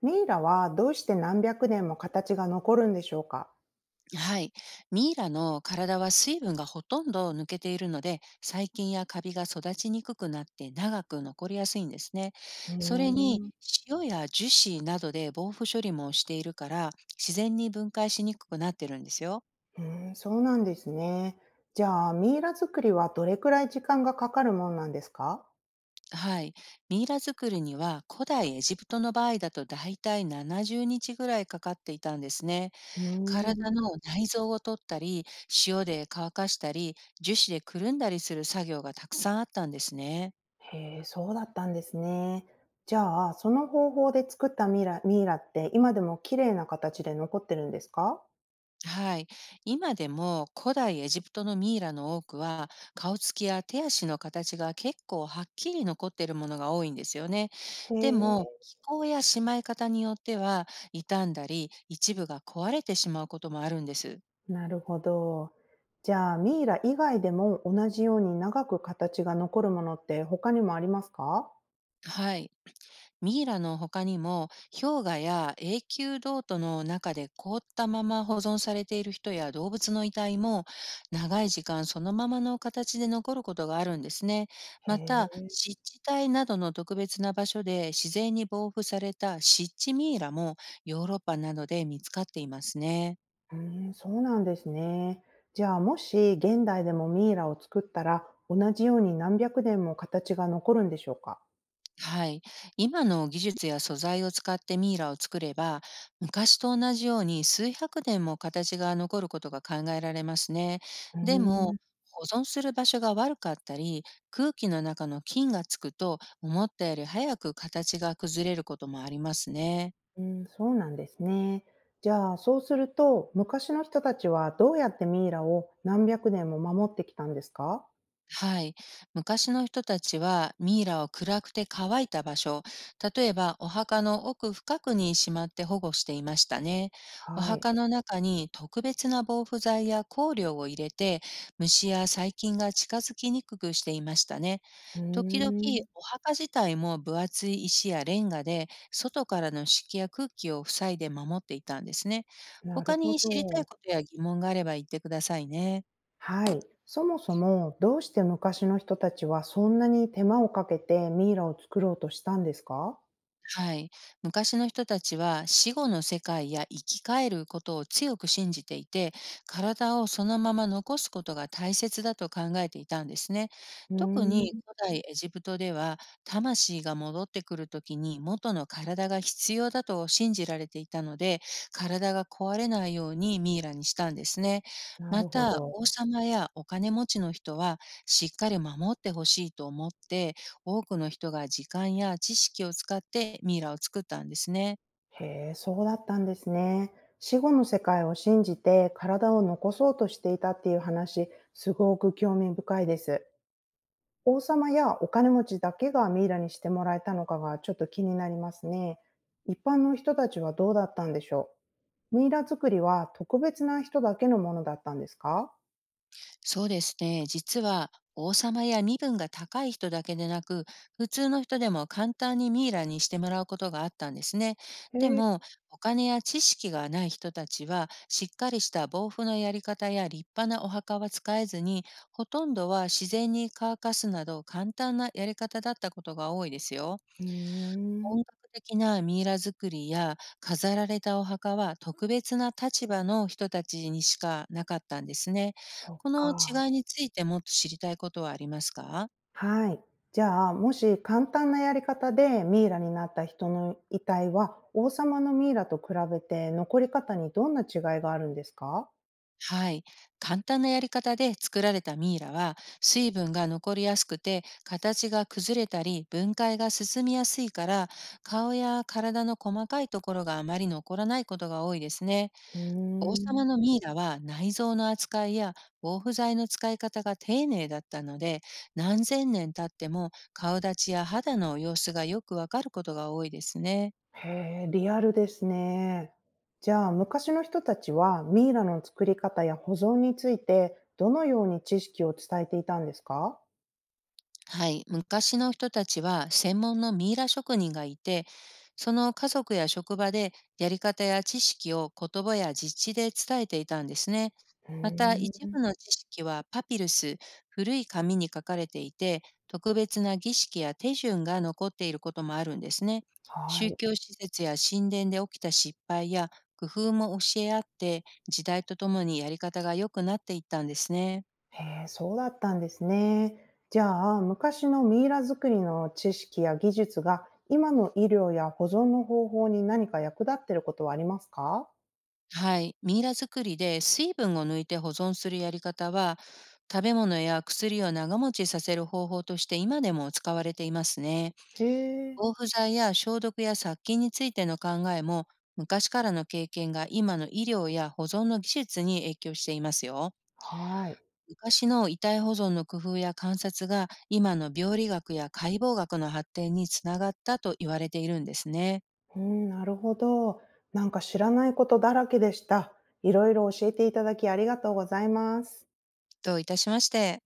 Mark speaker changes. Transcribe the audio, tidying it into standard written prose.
Speaker 1: ミイラはどうして何百年も形が残るんでしょうか？
Speaker 2: はい。ミイラの体は水分がほとんど抜けているので、細菌やカビが育ちにくくなって長く残りやすいんですね。
Speaker 1: うー
Speaker 2: それに
Speaker 1: ん、う
Speaker 2: 塩や樹脂などで防腐処理もしているから、自然に分解しにくくなってるんですよ。
Speaker 1: ーん、そうなんですね。じゃあ、ミイラ作りはどれくらい時間がかかるもんなんですか？
Speaker 2: はい。ミイラ作りには古代エジプトの場合だとだいたい70日ぐらいかかっていたんですね。
Speaker 1: うー
Speaker 2: 体
Speaker 1: ん、
Speaker 2: の内臓を取ったり、塩で乾かしたり、樹脂でくるんだりする作業がたくさんあったんですね。
Speaker 1: へえ、そうだったんですね。じゃあ、その方法で作ったミイラ、ミイラって今でも綺麗な形で残ってるんですか？
Speaker 2: はい。今でも古代エジプトのミイラの多くは顔つきや手足の形が結構はっきり残っているものが多いんですよね。
Speaker 1: へ
Speaker 2: でも、
Speaker 1: え、
Speaker 2: 気候やしまい方によっては傷んだり一部が壊れてしまうこともあるんです。
Speaker 1: なるほど。じゃあ、ミイラ以外でも同じように長く形が残るものって他にもありますか？
Speaker 2: はい。ミイラの他にも氷河や永久凍土の中で凍ったまま保存されている人や動物の遺体も、長い時間そのままの形で残ることがあるんですね。
Speaker 1: へ
Speaker 2: また、
Speaker 1: え。
Speaker 2: 湿地帯などの特別な場所で自然に防腐された湿地ミイラも、ヨーロッパなどで見つかっていますね。
Speaker 1: うーん、そうなんですね。じゃあもし現代でもミイラを作ったら、同じように何百年も形が残るんでしょうか？
Speaker 2: はい。今の技術や素材を使ってミイラを作れば、昔と同じように数百年も形が残ることが考えられますね。
Speaker 1: うー
Speaker 2: で
Speaker 1: ん、
Speaker 2: も、保存する場所が悪かったり、空気の中の菌がつくと、思ったより早く形が崩れることもありますね。
Speaker 1: うん、そうなんですね。じゃあそうすると、昔の人たちはどうやってミイラを何百年も守ってきたんですか？
Speaker 2: はい。昔の人たちはミイラを暗くて乾いた場所、例えばお墓の奥深くにしまって保護していましたね。お
Speaker 1: はい。
Speaker 2: 墓の中に特別な防腐剤や香料を入れて、虫や細菌が近づきにくくしていましたね。
Speaker 1: うー
Speaker 2: 時々、
Speaker 1: ん、
Speaker 2: お墓自体も分厚い石やレンガで、外からの湿気や空気を塞いで守っていたんですね。
Speaker 1: なる
Speaker 2: 他
Speaker 1: ほ
Speaker 2: に知りたい
Speaker 1: ど。
Speaker 2: ことや疑問があれば言ってくださいね。
Speaker 1: はい。そもそもどうして昔の人たちはそんなに手間をかけてミイラを作ろうとしたんですか？
Speaker 2: はい。昔の人たちは死後の世界や生き返ることを強く信じていて、体をそのまま残すことが大切だと考えていたんですね。
Speaker 1: うー
Speaker 2: 特に
Speaker 1: ん、
Speaker 2: 古代エジプトでは、魂が戻ってくるときに元の体が必要だと信じられていたので、体が壊れないようにミイラにしたんですね。
Speaker 1: な
Speaker 2: ま
Speaker 1: るほ
Speaker 2: た、
Speaker 1: ど。
Speaker 2: 王様やお金持ちの人はしっかり守ってほしいと思って、多くの人が時間や知識を使ってミイラを作ったんですね。
Speaker 1: へえ、そうだったんですね。死後の世界を信じて体を残そうとしていたっていう話、すごく興味深いです。王様やお金持ちだけがミイラにしてもらえたのかがちょっと気になりますね。一般の人たちはどうだったんでしょう、ミイラ作りは特別な人だけのものだったんですか？
Speaker 2: そうですね。実は王様や身分が高い人だけでなく、普通の人でも簡単にミイラにしてもらうことがあったんですね。
Speaker 1: へ
Speaker 2: で
Speaker 1: え。
Speaker 2: も、お金や知識がない人たちは、しっかりした防腐のやり方や立派なお墓は使えずに、ほとんどは自然に乾かすなど簡単なやり方だったことが多いですよ。
Speaker 1: うーん、
Speaker 2: 本格的なミイラ作りや飾られたお墓は特別な立場の人たちにしかなかったんですね。
Speaker 1: そっ
Speaker 2: この
Speaker 1: か。
Speaker 2: 違いについてもっと知りたいことはありますか？
Speaker 1: はい。じゃあ、もし簡単なやり方でミイラになった人の遺体は、王様のミイラと比べて残り方にどんな違いがあるんですか？
Speaker 2: はい。簡単なやり方で作られたミイラは水分が残りやすくて形が崩れたり分解が進みやすいから、顔や体の細かいところがあまり残らないことが多いですね。
Speaker 1: うー
Speaker 2: 王
Speaker 1: ん。
Speaker 2: 様のミイラは内臓の扱いや防腐剤の使い方が丁寧だったので、何千年経っても顔立ちや肌の様子がよくわかることが多いですね。
Speaker 1: へえ、リアルですね。じゃあ、昔の人たちはミイラの作り方や保存について、どのように知識を伝えていたんですか？
Speaker 2: はい、昔の人たちは専門のミイラ職人がいて、その家族や職場でやり方や知識を言葉や実地で伝えていたんですね。
Speaker 1: う
Speaker 2: また、
Speaker 1: ー
Speaker 2: 一
Speaker 1: ん。
Speaker 2: 部の知識はパピルス、古い紙に書かれていて、特別な儀式や手順が残っていることもあるんですね。
Speaker 1: は
Speaker 2: 宗
Speaker 1: い。
Speaker 2: 教施設や神殿で起きた失敗や工夫も教え合って、時代とともにやり方が良くなっていったんですね。
Speaker 1: へえ、そうだったんですね。じゃあ、昔のミイラ作りの知識や技術が、今の医療や保存の方法に何か役立ってることはありますか？
Speaker 2: はい。ミイラ作りで水分を抜いて保存するやり方は、食べ物や薬を長持ちさせる方法として今でも使われていますね。
Speaker 1: へえ、
Speaker 2: 防腐剤や消毒や殺菌についての考えも、昔からの経験が今の医療や保存の技術に影響していますよ。
Speaker 1: はい。
Speaker 2: 昔の遺体保存の工夫や観察が今の病理学や解剖学の発展につながったと言われているんですね。
Speaker 1: うん、なるほど。なんか知らないことだらけでした。いろいろ教えていただきありがとうございます。
Speaker 2: どういたしまして。